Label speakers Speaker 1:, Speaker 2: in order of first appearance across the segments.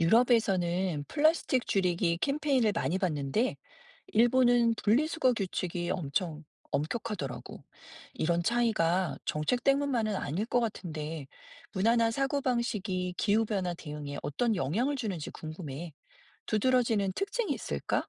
Speaker 1: 유럽에서는 플라스틱 줄이기 캠페인을 많이 봤는데, 일본은 분리수거 규칙이 엄청 엄격하더라고. 이런 차이가 정책 때문만은 아닐 것 같은데, 문화나 사고방식이 기후변화 대응에 어떤 영향을 주는지 궁금해. 두드러지는 특징이 있을까?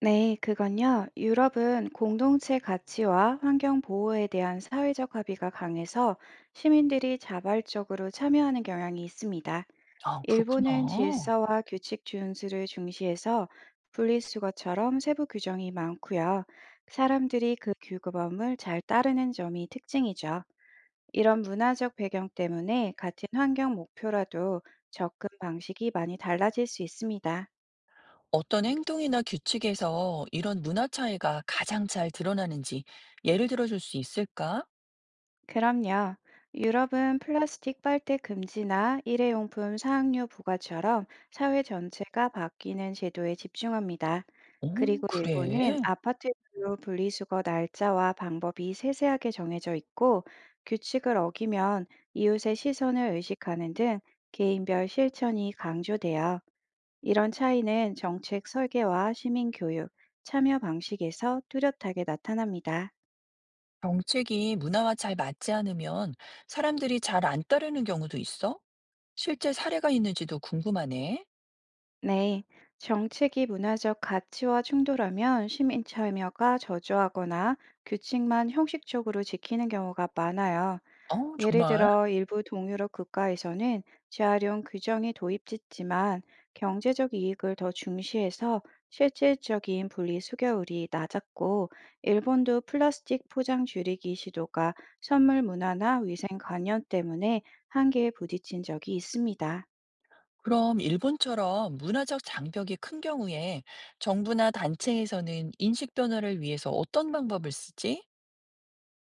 Speaker 2: 네, 그건요. 유럽은 공동체 가치와 환경 보호에 대한 사회적 합의가 강해서 시민들이 자발적으로 참여하는 경향이 있습니다.
Speaker 1: 아, 그렇구나.
Speaker 2: 일본은 질서와 규칙 준수를 중시해서 분리수거처럼 세부 규정이 많고요. 사람들이 그 규범을 잘 따르는 점이 특징이죠. 이런 문화적 배경 때문에 같은 환경 목표라도 접근 방식이 많이 달라질 수 있습니다.
Speaker 1: 어떤 행동이나 규칙에서 이런 문화 차이가 가장 잘 드러나는지 예를 들어줄 수 있을까?
Speaker 2: 그럼요. 유럽은 플라스틱 빨대 금지나 일회용품 사항류 부과처럼 사회 전체가 바뀌는 제도에 집중합니다.
Speaker 1: 오,
Speaker 2: 그리고 일본은
Speaker 1: 그래.
Speaker 2: 아파트별로 분리수거 날짜와 방법이 세세하게 정해져 있고 규칙을 어기면 이웃의 시선을 의식하는 등 개인별 실천이 강조돼요. 이런 차이는 정책 설계와 시민 교육, 참여 방식에서 뚜렷하게 나타납니다.
Speaker 1: 정책이 문화와 잘 맞지 않으면 사람들이 잘 안 따르는 경우도 있어? 실제 사례가 있는지도 궁금하네.
Speaker 2: 네, 정책이 문화적 가치와 충돌하면 시민 참여가 저조하거나 규칙만 형식적으로 지키는 경우가 많아요.
Speaker 1: 어,
Speaker 2: 예를
Speaker 1: 정말?
Speaker 2: 들어 일부 동유럽 국가에서는 재활용 규정이 도입됐지만 경제적 이익을 더 중시해서 실질적인 분리 수거율이 낮았고, 일본도 플라스틱 포장 줄이기 시도가 선물 문화나 위생 관념 때문에 한계에 부딪힌 적이 있습니다.
Speaker 1: 그럼 일본처럼 문화적 장벽이 큰 경우에 정부나 단체에서는 인식 변화를 위해서 어떤 방법을 쓰지?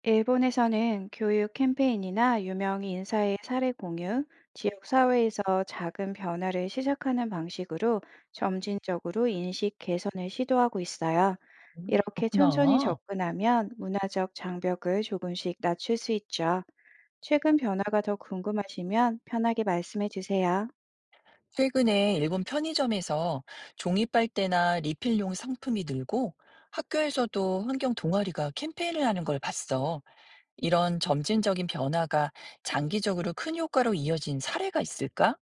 Speaker 2: 일본에서는 교육 캠페인이나 유명 인사의 사례 공유, 지역 사회에서 작은 변화를 시작하는 방식으로 점진적으로 인식 개선을 시도하고 있어요. 이렇게 천천히
Speaker 1: 그렇구나.
Speaker 2: 접근하면 문화적 장벽을 조금씩 낮출 수 있죠. 최근 변화가 더 궁금하시면 편하게 말씀해 주세요.
Speaker 1: 최근에 일본 편의점에서 종이 빨대나 리필용 상품이 늘고 학교에서도 환경 동아리가 캠페인을 하는 걸 봤어. 이런 점진적인 변화가 장기적으로 큰 효과로 이어진 사례가 있을까?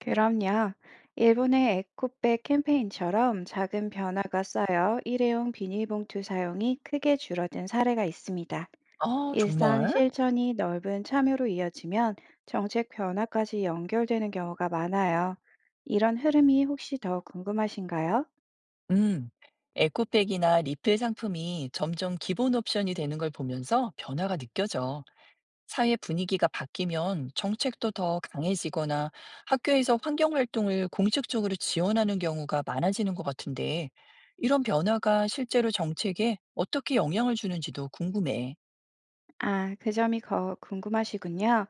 Speaker 2: 그럼요. 일본의 에코백 캠페인처럼 작은 변화가 쌓여 일회용 비닐봉투 사용이 크게 줄어든 사례가 있습니다.
Speaker 1: 아,
Speaker 2: 일상
Speaker 1: 정말?
Speaker 2: 실천이 넓은 참여로 이어지면 정책 변화까지 연결되는 경우가 많아요. 이런 흐름이 혹시 더 궁금하신가요?
Speaker 1: 음. 에코백이나 리필 상품이 점점 기본 옵션이 되는 걸 보면서 변화가 느껴져. 사회 분위기가 바뀌면 정책도 더 강해지거나 학교에서 환경 활동을 공식적으로 지원하는 경우가 많아지는 것 같은데, 이런 변화가 실제로 정책에 어떻게 영향을 주는지도 궁금해.
Speaker 2: 아, 그 점이 더 궁금하시군요.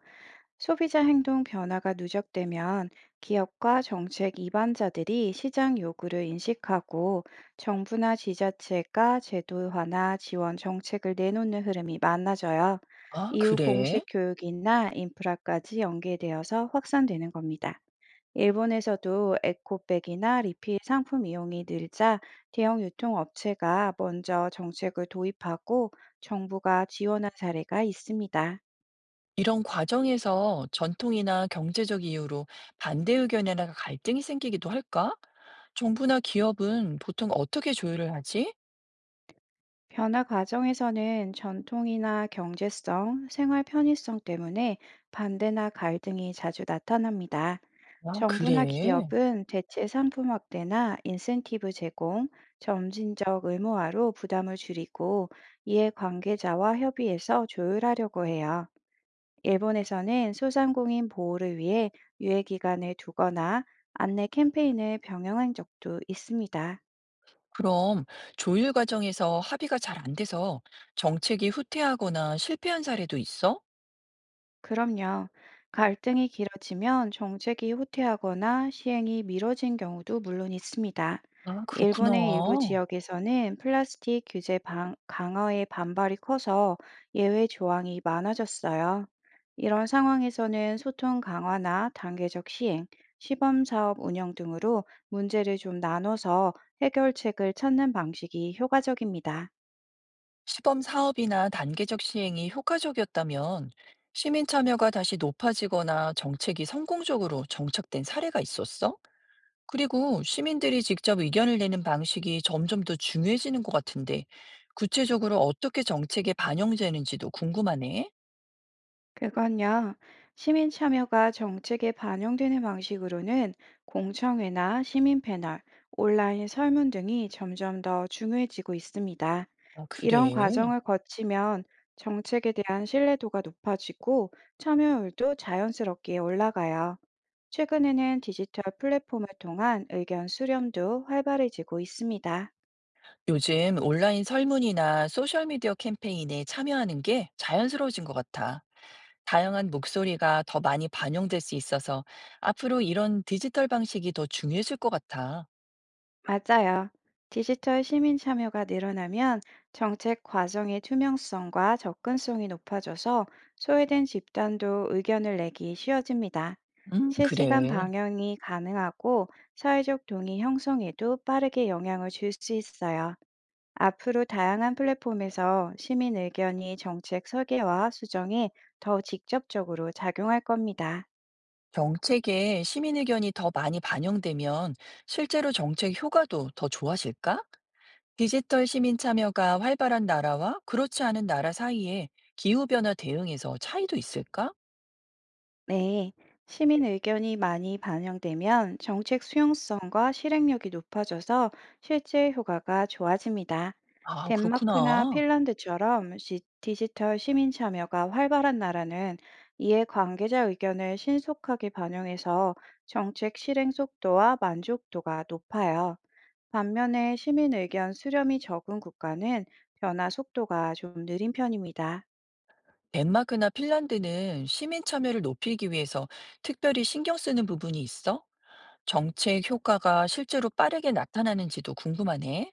Speaker 2: 소비자 행동 변화가 누적되면 기업과 정책 이반자들이 시장 요구를 인식하고 정부나 지자체가 제도화나 지원 정책을 내놓는 흐름이 많아져요.
Speaker 1: 아,
Speaker 2: 이후
Speaker 1: 그래?
Speaker 2: 공식 교육이나 인프라까지 연계되어서 확산되는 겁니다. 일본에서도 에코백이나 리필 상품 이용이 늘자 대형 유통업체가 먼저 정책을 도입하고 정부가 지원한 사례가 있습니다.
Speaker 1: 이런 과정에서 전통이나 경제적 이유로 반대 의견이나 갈등이 생기기도 할까? 정부나 기업은 보통 어떻게 조율을 하지?
Speaker 2: 변화 과정에서는 전통이나 경제성, 생활 편의성 때문에 반대나 갈등이 자주 나타납니다.
Speaker 1: 아, 그래.
Speaker 2: 정부나 기업은 대체 상품 확대나 인센티브 제공, 점진적 의무화로 부담을 줄이고 이해 관계자와 협의해서 조율하려고 해요. 일본에서는 소상공인 보호를 위해 유예 기간을 두거나 안내 캠페인을 병행한 적도 있습니다.
Speaker 1: 그럼 조율 과정에서 합의가 잘 안 돼서 정책이 후퇴하거나 실패한 사례도 있어?
Speaker 2: 그럼요. 갈등이 길어지면 정책이 후퇴하거나 시행이 미뤄진 경우도 물론 있습니다.
Speaker 1: 아,
Speaker 2: 일본의 일부
Speaker 1: 그렇구나.
Speaker 2: 지역에서는 플라스틱 규제 강화에 반발이 커서 예외 조항이 많아졌어요. 이런 상황에서는 소통 강화나 단계적 시행, 시범 사업 운영 등으로 문제를 좀 나눠서 해결책을 찾는 방식이 효과적입니다.
Speaker 1: 시범 사업이나 단계적 시행이 효과적이었다면 시민 참여가 다시 높아지거나 정책이 성공적으로 정착된 사례가 있었어? 그리고 시민들이 직접 의견을 내는 방식이 점점 더 중요해지는 것 같은데, 구체적으로 어떻게 정책에 반영되는지도 궁금하네.
Speaker 2: 그건요, 시민 참여가 정책에 반영되는 방식으로는 공청회나 시민 패널, 온라인 설문 등이 점점 더 중요해지고 있습니다.
Speaker 1: 아,
Speaker 2: 이런
Speaker 1: 그래.
Speaker 2: 과정을 거치면 정책에 대한 신뢰도가 높아지고 참여율도 자연스럽게 올라가요. 최근에는 디지털 플랫폼을 통한 의견 수렴도 활발해지고 있습니다.
Speaker 1: 요즘 온라인 설문이나 소셜미디어 캠페인에 참여하는 게 자연스러워진 것 같아. 다양한 목소리가 더 많이 반영될 수 있어서 앞으로 이런 디지털 방식이 더 중요해질 것 같아.
Speaker 2: 맞아요. 디지털 시민 참여가 늘어나면 정책 과정의 투명성과 접근성이 높아져서 소외된 집단도 의견을 내기 쉬워집니다. 실시간
Speaker 1: 그래.
Speaker 2: 방영이 가능하고 사회적 동의 형성에도 빠르게 영향을 줄 수 있어요. 앞으로 다양한 플랫폼에서 시민 의견이 정책 설계와 수정에 더 직접적으로 작용할 겁니다.
Speaker 1: 정책에 시민 의견이 더 많이 반영되면 실제로 정책 효과도 더 좋아질까? 디지털 시민 참여가 활발한 나라와 그렇지 않은 나라 사이에 기후변화 대응에서 차이도 있을까?
Speaker 2: 네, 시민 의견이 많이 반영되면 정책 수용성과 실행력이 높아져서 실제 효과가 좋아집니다.
Speaker 1: 아,
Speaker 2: 덴마크나
Speaker 1: 그렇구나.
Speaker 2: 핀란드처럼 디지털 시민 참여가 활발한 나라는 이에 관계자 의견을 신속하게 반영해서 정책 실행 속도와 만족도가 높아요. 반면에 시민 의견 수렴이 적은 국가는 변화 속도가 좀 느린 편입니다.
Speaker 1: 덴마크나 핀란드는 시민 참여를 높이기 위해서 특별히 신경 쓰는 부분이 있어? 정책 효과가 실제로 빠르게 나타나는지도 궁금하네.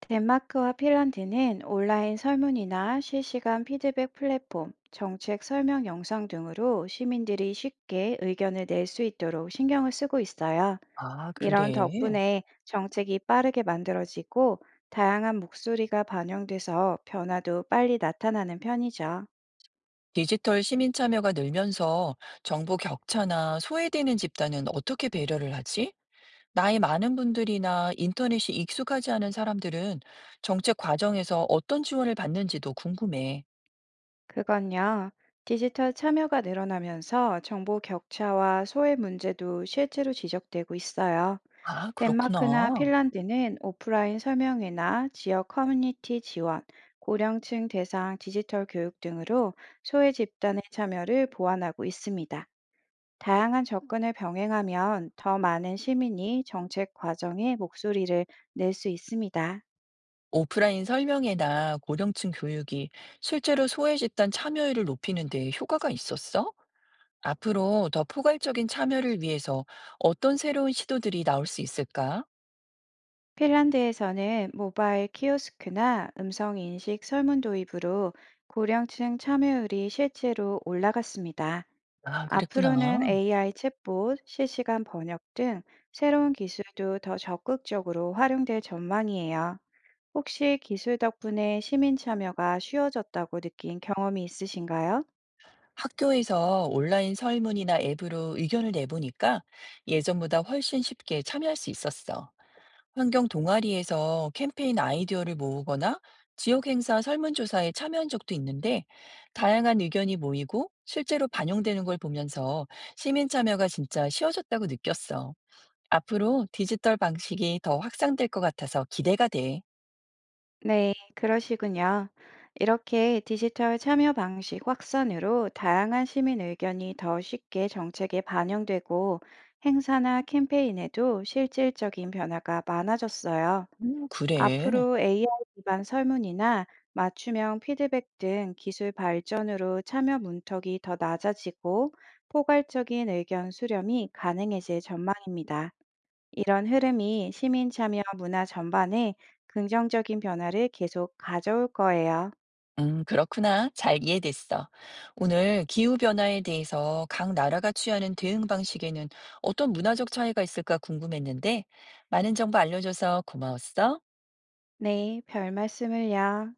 Speaker 2: 덴마크와 핀란드는 온라인 설문이나 실시간 피드백 플랫폼, 정책 설명 영상 등으로 시민들이 쉽게 의견을 낼 수 있도록 신경을 쓰고 있어요.
Speaker 1: 아,
Speaker 2: 이런
Speaker 1: 그래.
Speaker 2: 덕분에 정책이 빠르게 만들어지고 다양한 목소리가 반영돼서 변화도 빨리 나타나는 편이죠.
Speaker 1: 디지털 시민 참여가 늘면서 정보 격차나 소외되는 집단은 어떻게 배려를 하지? 나이 많은 분들이나 인터넷이 익숙하지 않은 사람들은 정책 과정에서 어떤 지원을 받는지도 궁금해.
Speaker 2: 그건요. 디지털 참여가 늘어나면서 정보 격차와 소외 문제도 실제로 지적되고 있어요.
Speaker 1: 아,
Speaker 2: 덴마크나
Speaker 1: 그렇구나.
Speaker 2: 핀란드는 오프라인 설명회나 지역 커뮤니티 지원, 고령층 대상 디지털 교육 등으로 소외 집단의 참여를 보완하고 있습니다. 다양한 접근을 병행하면 더 많은 시민이 정책 과정에 목소리를 낼 수 있습니다.
Speaker 1: 오프라인 설명회나 고령층 교육이 실제로 소외 집단 참여율을 높이는 데 효과가 있었어? 앞으로 더 포괄적인 참여를 위해서 어떤 새로운 시도들이 나올 수 있을까?
Speaker 2: 핀란드에서는 모바일 키오스크나 음성 인식 설문 도입으로 고령층 참여율이 실제로 올라갔습니다.
Speaker 1: 아, 그랬구나.
Speaker 2: 앞으로는 AI 챗봇, 실시간 번역 등 새로운 기술도 더 적극적으로 활용될 전망이에요. 혹시 기술 덕분에 시민 참여가 쉬워졌다고 느낀 경험이 있으신가요?
Speaker 1: 학교에서 온라인 설문이나 앱으로 의견을 내보니까 예전보다 훨씬 쉽게 참여할 수 있었어. 환경 동아리에서 캠페인 아이디어를 모으거나 지역 행사 설문조사에 참여한 적도 있는데 다양한 의견이 모이고 실제로 반영되는 걸 보면서 시민 참여가 진짜 쉬워졌다고 느꼈어. 앞으로 디지털 방식이 더 확산될 것 같아서 기대가 돼.
Speaker 2: 네, 그러시군요. 이렇게 디지털 참여 방식 확산으로 다양한 시민 의견이 더 쉽게 정책에 반영되고 행사나 캠페인에도 실질적인 변화가 많아졌어요.
Speaker 1: 그래.
Speaker 2: 앞으로 AI 기반 설문이나 맞춤형 피드백 등 기술 발전으로 참여 문턱이 더 낮아지고 포괄적인 의견 수렴이 가능해질 전망입니다. 이런 흐름이 시민 참여 문화 전반에 긍정적인 변화를 계속 가져올 거예요.
Speaker 1: 그렇구나. 잘 이해됐어. 오늘 기후변화에 대해서 각 나라가 취하는 대응 방식에는 어떤 문화적 차이가 있을까 궁금했는데 많은 정보 알려줘서 고마웠어.
Speaker 2: 네, 별 말씀을요.